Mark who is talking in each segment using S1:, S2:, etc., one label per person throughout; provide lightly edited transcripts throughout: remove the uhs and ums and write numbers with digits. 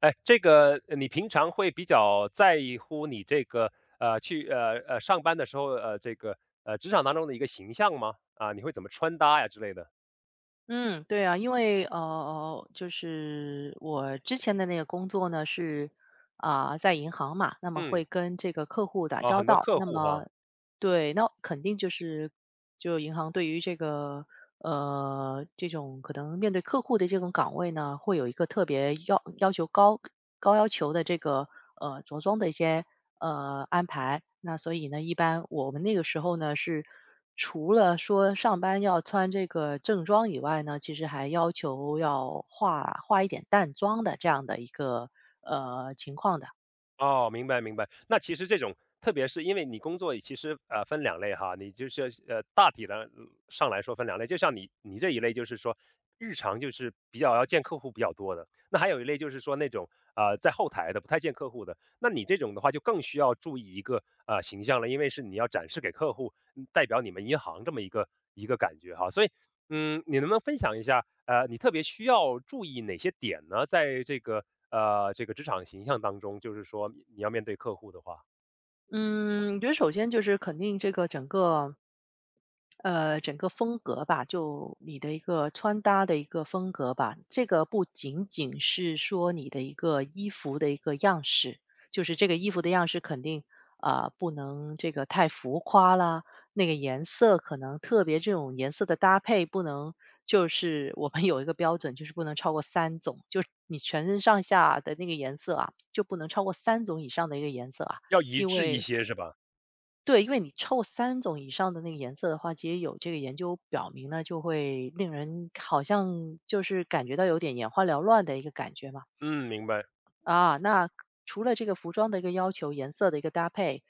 S1: 哎，这个你平常会比较在乎你这个去上班的时候这个职场当中的一个形象吗？啊，你会怎么穿搭呀之类的？
S2: 嗯，对啊，因为就是我之前的那个工作呢是在银行嘛，那么
S1: 嗯，
S2: 会跟这个客户打
S1: 啊，
S2: 交
S1: 很多
S2: 道，
S1: 客
S2: 那
S1: 户哈。
S2: 么对，那肯定就是就银行对于这个这种可能面对客户的这种岗位呢，会有一个特别要求高要求的这个着装的一些安排，那所以呢，一般我们那个时候呢是。除了说上班要穿这个正装以外呢，其实还要求要化一点淡妆的这样的一个，情况的。
S1: 哦，明白明白。那其实这种，特别是因为你工作其实分两类哈，你就是大体的上来说分两类，就像你这一类就是说日常就是比较要见客户比较多的，那还有一类就是说那种在后台的不太见客户的，那你这种的话就更需要注意一个形象了，因为是你要展示给客户，嗯代表你们银行这么一个一个感觉哈，所以嗯，你能不能分享一下，你特别需要注意哪些点呢？在这个这个职场形象当中，就是说你要面对客户的话，
S2: 嗯，我觉得首先就是肯定这个整个风格吧，就你的一个穿搭的一个风格吧，这个不仅仅是说你的一个衣服的一个样式，就是这个衣服的样式肯定不能这个太浮夸啦，那个颜色可能特别这种颜色的搭配不能，就是我们有一个标准，就是不能超过三种，就是你全身上下的那个颜色啊，就不能超过三种以上的一个颜色啊，
S1: 要一
S2: 因
S1: 致一
S2: 为
S1: 些是吧？
S2: 对，因为你凑三种以上的那个颜色的话，其实有这个研究表明呢，就会令人好像就是感觉到有点眼花缭乱的一个感觉嘛。
S1: 嗯，明白。
S2: 啊，那除了这个服装的一个要求，颜色的一个搭配，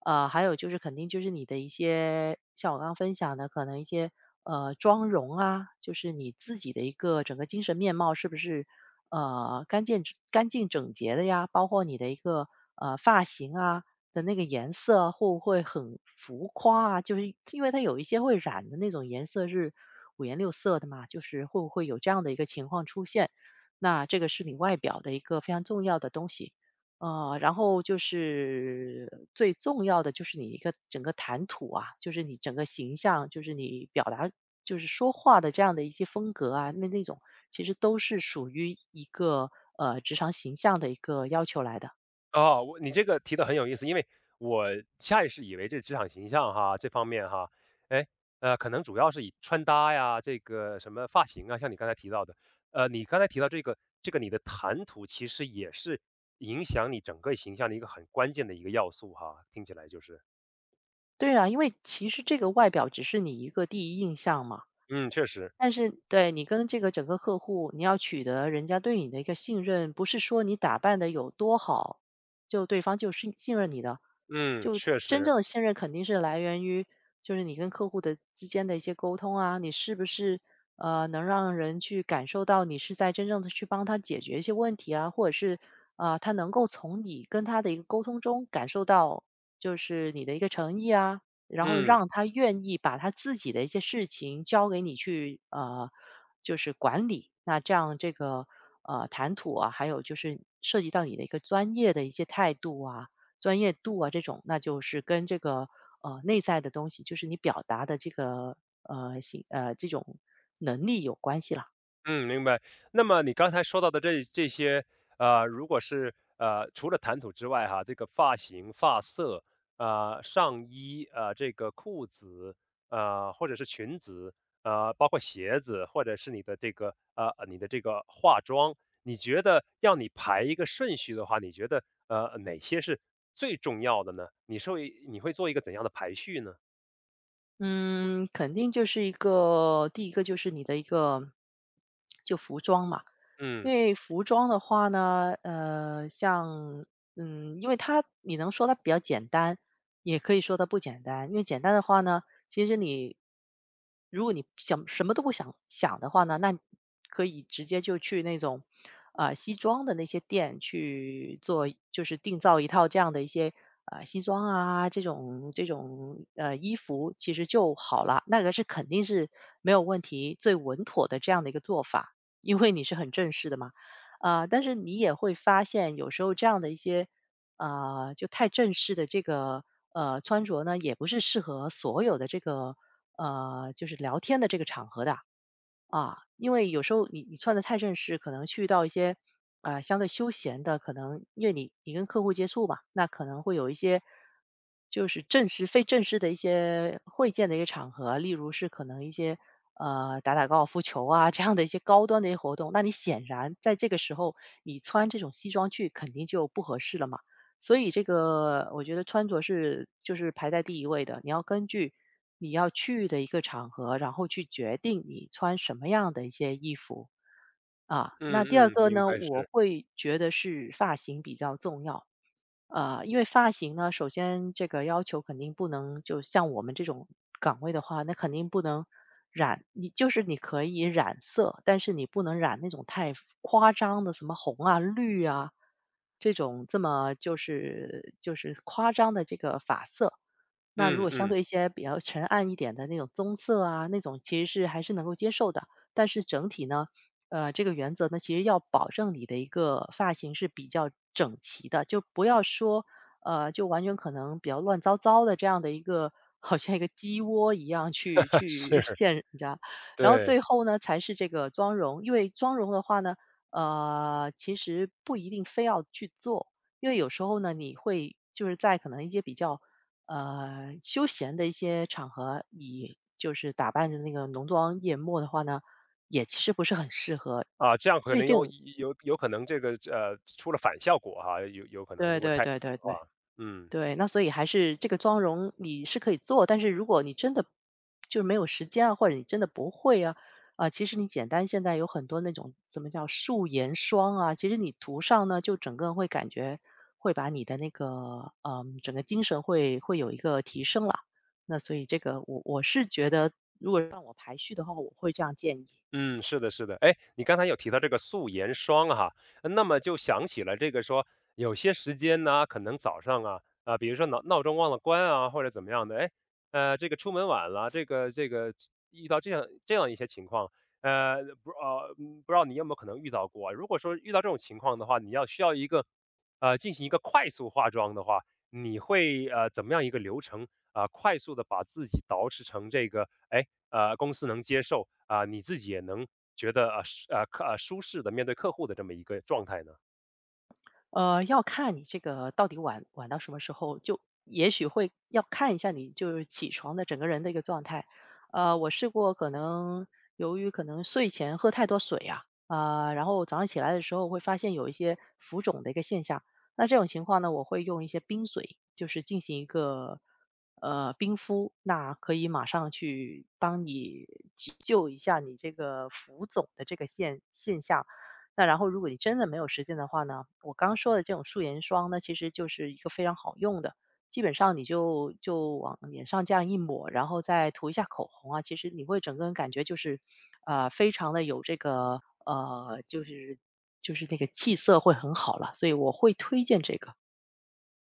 S2: 还有就是肯定就是你的一些，像我刚刚分享的，可能一些妆容啊，就是你自己的一个整个精神面貌是不是呃干净干净整洁的呀？包括你的一个发型啊的那个颜色会不会很浮夸啊？就是因为它有一些会染的那种颜色是五颜六色的嘛，就是会不会有这样的一个情况出现？那这个是你外表的一个非常重要的东西。然后就是最重要的就是你一个整个谈吐啊，就是你整个形象，就是你表达，就是说话的这样的一些风格啊，那种其实都是属于一个职场形象的一个要求来的。
S1: 哦，我你这个提的很有意思，因为我下意识以为这职场形象哈这方面哈，哎可能主要是以穿搭呀，这个什么发型啊，像你刚才提到的，你刚才提到这个你的谈吐其实也是影响你整个形象的一个很关键的一个要素哈，听起来就是。
S2: 对啊，因为其实这个外表只是你一个第一印象嘛，
S1: 嗯，确实，
S2: 但是对，你跟这个整个客户，你要取得人家对你的一个信任，不是说你打扮的有多好，就对方就是信任你的。
S1: 嗯，
S2: 就
S1: 确
S2: 真正
S1: 实，
S2: 的信任肯定是来源于，就是你跟客户的之间的一些沟通啊，你是不是能让人去感受到你是在真正的去帮他解决一些问题啊，或者是他能够从你跟他的一个沟通中感受到就是你的一个诚意啊，然后
S1: 嗯
S2: 让他愿意把他自己的一些事情交给你去，就是管理。那这样这个，谈吐啊，还有就是涉及到你的一个专业的一些态度啊、专业度啊这种，那就是跟这个，内在的东西，就是你表达的这个，这种能力有关系啦。
S1: 嗯，明白。那么你刚才说到的这些，如果是，除了谈吐之外，哈，这个发型、发色，上衣，这个裤子，或者是裙子，包括鞋子，或者是你的这个，你的这个化妆，你觉得要你排一个顺序的话，你觉得哪些是最重要的呢？你会做一个怎样的排序呢？
S2: 嗯，肯定就是第一个就是你的一个就服装嘛。
S1: 嗯
S2: 因为服装的话呢，因为它你能说它比较简单，也可以说它不简单。因为简单的话呢，其实你如果你想什么都不想想的话呢，那可以直接就去那种西装的那些店去做，就是定造一套这样的一些西装啊这种衣服，其实就好了。那个是肯定是没有问题，最稳妥的这样的一个做法。因为你是很正式的嘛。啊，但是你也会发现有时候这样的一些，就太正式的这个，穿着呢，也不是适合所有的这个，就是聊天的这个场合的啊。啊，因为有时候你穿的太正式，可能去到一些相对休闲的，可能因为你跟客户接触嘛，那可能会有一些就是正式非正式的一些会见的一个场合，例如是可能一些打打高尔夫球啊这样的一些高端的一些活动，那你显然在这个时候你穿这种西装去肯定就不合适了嘛。所以这个我觉得穿着是就是排在第一位的，你要根据你要去的一个场合，然后去决定你穿什么样的一些衣服，啊。
S1: 嗯
S2: 那第二
S1: 嗯，
S2: 个
S1: 明
S2: 呢，
S1: 白
S2: 我
S1: 是。
S2: 会觉得是发型比较重要。因为发型呢，首先这个要求肯定不能就像我们这种岗位的话，那肯定不能染。你就是你可以染色，但是你不能染那种太夸张的，什么红啊、绿啊这种这么就是夸张的这个发色。那如
S1: 嗯
S2: 果相
S1: 嗯，
S2: 对一些比较沉暗一点的那种棕色啊，那种其实是还是能够接受的。但是整体呢，这个原则呢，其实要保证你的一个发型是比较整齐的，就不要说，就完全可能比较乱糟糟的这样的一个，好像一个鸡窝一样去 去
S1: 是，
S2: 见人家。然后
S1: 对，
S2: 最后呢，才是这个妆容，因为妆容的话呢，其实不一定非要去做，因为有时候呢，你会就是在可能一些比较休闲的一些场合，你就是打扮着那个浓妆艳抹的话呢。也其实不是很适合。
S1: 啊，这样可
S2: 所以
S1: 能
S2: 这
S1: 有
S2: 种
S1: 有可能这个，出了反效果哈，有可能
S2: 对
S1: 如果
S2: 对
S1: 太
S2: 对对
S1: 啊，
S2: 对，
S1: 嗯。
S2: 对，那所以还是这个妆容你是可以做，但是如果你真的就是没有时间啊，或者你真的不会啊，其实你简单现在有很多那种什么叫素颜霜啊，其实你涂上呢，就整个人会感觉会把你的那个，整个精神会有一个提升啦。那所以这个我是觉得
S1: 嗯，是的，是的。哎，你刚才有提到这个素颜霜哈，那么就想起了这个说，有些时间呢，可能早上啊，啊、比如说闹钟忘了关啊，或者怎么样的，哎，这个出门晚了，这个遇到这样一些情况，不知道你有没有可能遇到过啊？如果说遇到这种情况的话，你要需要一个进行一个快速化妆的话，你会怎么样一个流程啊、快速的把自己捯饬成这个，哎，公司能接受啊、你自己也能觉得啊呃是呃客呃舒适的面对客户的这么一个状态呢？
S2: 要看你这个到底晚到什么时候，就也许会要看一下你就是起床的整个人的一个状态。我试过，可能由于可能睡前喝太多水啊，然后早上起来的时候会发现有一些浮肿的一个现象。那这种情况呢，我会用一些冰水，就是进行一个冰敷，那可以马上去帮你急救一下你这个浮肿的这个现象。那然后，如果你真的没有时间的话呢？我刚说的这种素颜霜呢，其实就是一个非常好用的，基本上你就往脸上这样一抹，然后再涂一下口红啊，其实你会整个人感觉就是，非常的有这个就是那个气色会很好了，所以我会推荐这个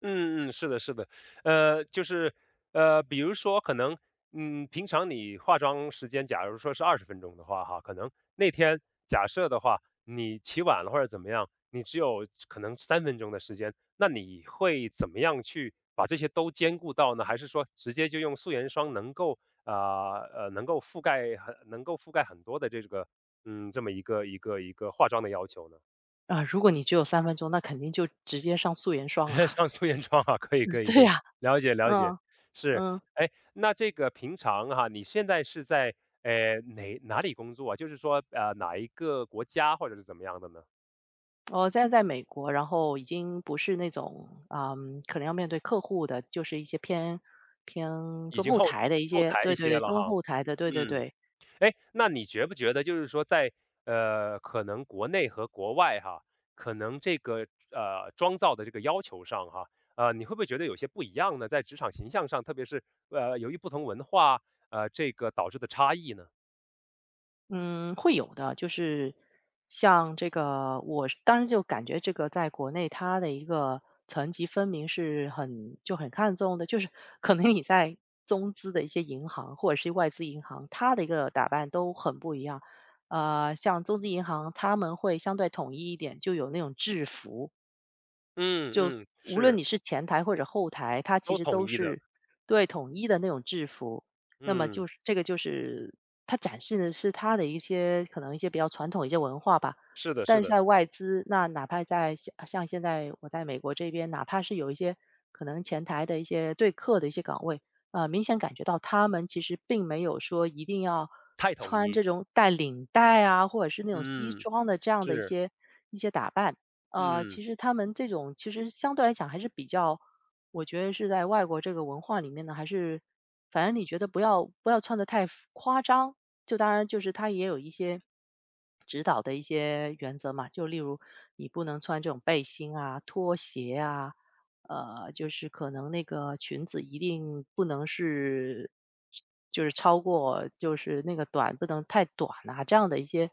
S1: 嗯嗯，是的，是的，就是，比如说可能，嗯，平常你化妆时间，假如说是二十分钟的话，哈，可能那天假设的话，你起晚了或者怎么样，你只有可能三分钟的时间，那你会怎么样去把这些都兼顾到呢？还是说直接就用素颜霜能够能够覆盖很多的这个嗯这么一个化妆的要求呢？
S2: 如果你只有3分钟，那肯定就直接上素颜霜 啊。
S1: 上素颜妆啊，可以可 以
S2: 对
S1: 可以，
S2: 呀、
S1: 了解了解，
S2: 嗯
S1: 是。
S2: 嗯。
S1: 哎，那这个平常哈，你现在是在哪里工作啊？就是说哪一个国家或者是怎么样的呢？
S2: 我现在在美国，然后已经不是那种，可能要面对客户的，就是一些偏
S1: 已
S2: 中
S1: 经
S2: 后
S1: 后
S2: 台的一
S1: 后
S2: 些
S1: 台
S2: 对
S1: 一
S2: 对
S1: 些
S2: 对，
S1: 了哈，
S2: 中后台的，对对
S1: 嗯，
S2: 对，
S1: 哎，那你觉不觉得就是说在可能国内和国外哈，可能这个妆造的这个要求上哈，你会不会觉得有些不一样呢？在职场形象上，特别是由于不同文化这个导致的差异呢？
S2: 嗯，会有的。就是像这个，我是当时就感觉这个在国内它的一个层级分明是很看重的，就是 可能你在中资的一些银行或者是外资银行，它的一个打扮都很不一样。像中资银行，他们会相对统一一点，就有那种制服，
S1: 嗯嗯，
S2: 无论
S1: 是，
S2: 你是前台或者后台，它其
S1: 都
S2: 实
S1: 统
S2: 都
S1: 一的，
S2: 是对统一的那种制服。那么
S1: 嗯，
S2: 就是这个就是它展示的是它的一些可能一些比较传统一些文化吧。
S1: 是的是
S2: 但是
S1: 的，
S2: 在外资，那哪怕在像现在我在美国这边，哪怕是有一些可能前台的一些对客的一些岗位，啊、明显感觉到他们其实并没有说一定要
S1: 太统
S2: 穿这
S1: 一，
S2: 种带领带啊，或者是那种西
S1: 嗯，
S2: 装的这样的一
S1: 是，
S2: 些一些打扮。
S1: 嗯
S2: 其实他们这种其实相对来讲还是比较，我觉得是在外国这个文化里面呢，还是反正你觉得不要穿的太浮夸张，就当然就是他也有一些指导的一些原则嘛，就例如你不能穿这种背心啊、拖鞋啊，就是可能那个裙子一定不能是，就是超过就是那个短不能太短啊，这样的一些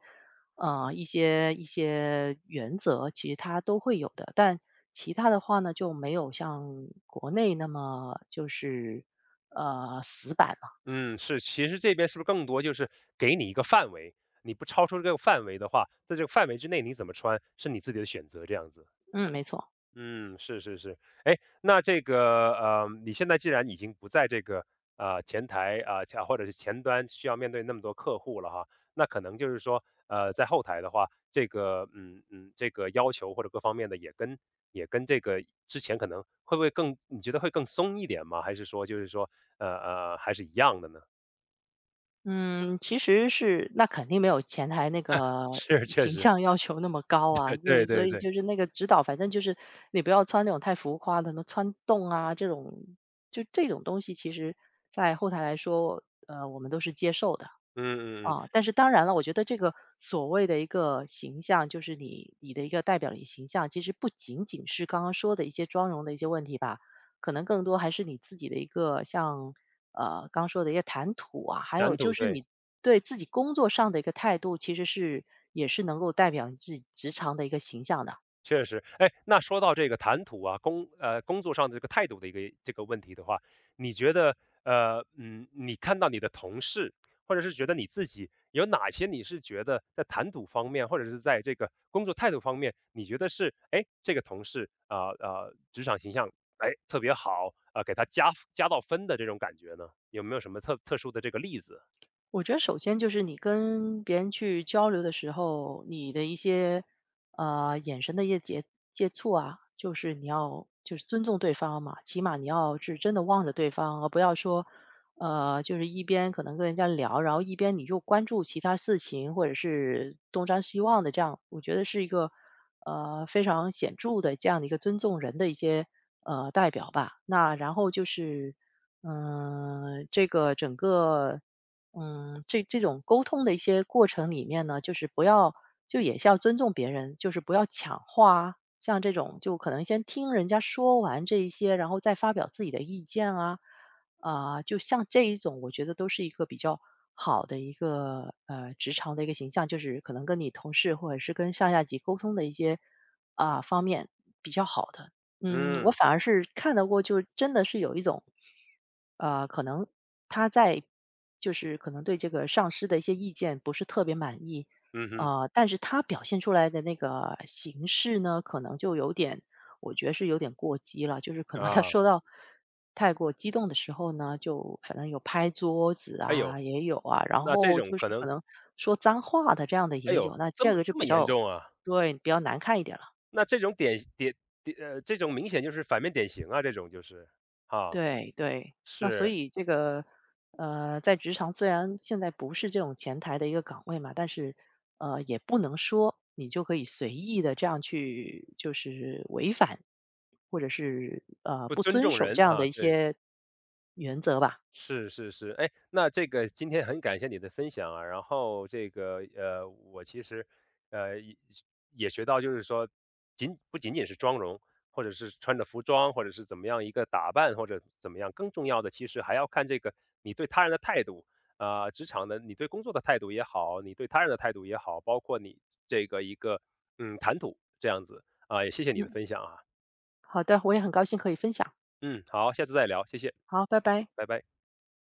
S2: 一些一些原则，其实它都会有的。但其他的话呢，就没有像国内那么就是死板了。
S1: 嗯，是，其实这边是不是更多就是给你一个范围，你不超出这个范围的话，在这个范围之内你怎么穿是你自己的选择这样子。
S2: 嗯，没错。
S1: 嗯，是是是，哎，那这个，你现在既然已经不在这个前台啊，前、或者是前端需要面对那么多客户了哈，那可能就是说，在后台的话，这个嗯嗯，这个要求或者各方面的也跟这个之前可能会不会更，你觉得会更松一点吗？还是说就是说还是一样的呢？
S2: 嗯，其实是那肯定没有前台那个
S1: 是，确
S2: 形
S1: 实，
S2: 象要求那么高啊，所
S1: 对
S2: 以所
S1: 对
S2: 以
S1: 对，
S2: 就是那个指导，反正就是你不要穿那种太浮夸的，什么穿洞啊这种，就这种东西，其实在后台来说，我们都是接受的。
S1: 嗯嗯嗯，
S2: 啊，但是当然了，我觉得这个所谓的一个形象，就是你的一个代表的形象，其实不仅仅是刚刚说的一些妆容的一些问题吧，可能更多还是你自己的一个像刚说的一个谈吐啊，还有
S1: 难
S2: 就
S1: 度
S2: 是
S1: 对。
S2: 你对自己工作上的一个态度，其实是也是能够代表你自己职场的一个形象的。
S1: 确实，哎，那说到这个谈吐啊，工作上的这个态度的一个这个问题的话，你觉得你看到你的同事，或者是觉得你自己有哪些你是觉得在谈吐方面，或者是在这个工作态度方面，你觉得是哎这个同事啊啊、职场形象哎特别好啊、给他加到分的这种感觉呢？有没有什么特殊的这个例子？
S2: 我觉得首先就是你跟别人去交流的时候，你的一些眼神的一些接触啊，就是你要就是尊重对方嘛，起码你要是真的望着对方，而不要说就是一边可能跟人家聊，然后一边你又关注其他事情或者是东张西望的这样，我觉得是一个非常显著的这样的一个尊重人的一些代表吧。那然后就是。嗯，这个整个嗯，这种沟通的一些过程里面呢，就是不要就也是要尊重别人，就是不要抢话啊。像这种就可能先听人家说完这一些，然后再发表自己的意见啊，啊、就像这一种，我觉得都是一个比较好的一个职场的一个形象，就是可能跟你同事或者是跟上下级沟通的一些啊、方面比较好的。嗯，我
S1: 嗯
S2: 反而是看到过，就真的是有一种，可能他在就是可能对这个上司的一些意见不是特别满意，
S1: 嗯哼
S2: 但是他表现出来的那个形式呢，可能就有点，我觉得是有点过激了，就是可能他
S1: 啊，
S2: 说到太过激动的时候呢，就反正有拍桌子
S1: 哎呦，
S2: 啊，也有啊，然
S1: 那这
S2: 后
S1: 种
S2: 就
S1: 可
S2: 是可
S1: 能
S2: 能说脏话的这样的
S1: 哎
S2: 也
S1: 呦
S2: 有，那
S1: 这么
S2: 这个就
S1: 这
S2: 比
S1: 么严
S2: 较，
S1: 重啊？
S2: 对，比较难看一点了。
S1: 那这种典典典呃，这种明显就是反面典型啊，这种就是。啊，
S2: 对对，那所
S1: 是，
S2: 以这个，在职场虽然现在不是这种前台的一个岗位嘛，但是，也不能说你就可以随意的这样去，就是违反，或者是
S1: 不
S2: 不
S1: 尊
S2: 遵
S1: 重
S2: 守
S1: 人
S2: 这样的
S1: 啊，
S2: 一
S1: 对。
S2: 些原则吧。
S1: 是是是，哎，那这个今天很感谢你的分享啊，然后这个，我其实也也学到，就是说不仅仅是妆容，或者是穿着服装，或者是怎么样一个打扮，或者怎么样，更重要的其实还要看这个你对他人的态度啊、职场的你对工作的态度也好，你对他人的态度也好，包括你这个一个嗯谈吐这样子啊、也谢谢你的
S2: 嗯，
S1: 分享啊，
S2: 好的，我也很高兴可以分享。
S1: 嗯，好，下次再聊，谢谢，
S2: 好，拜拜。
S1: 拜拜。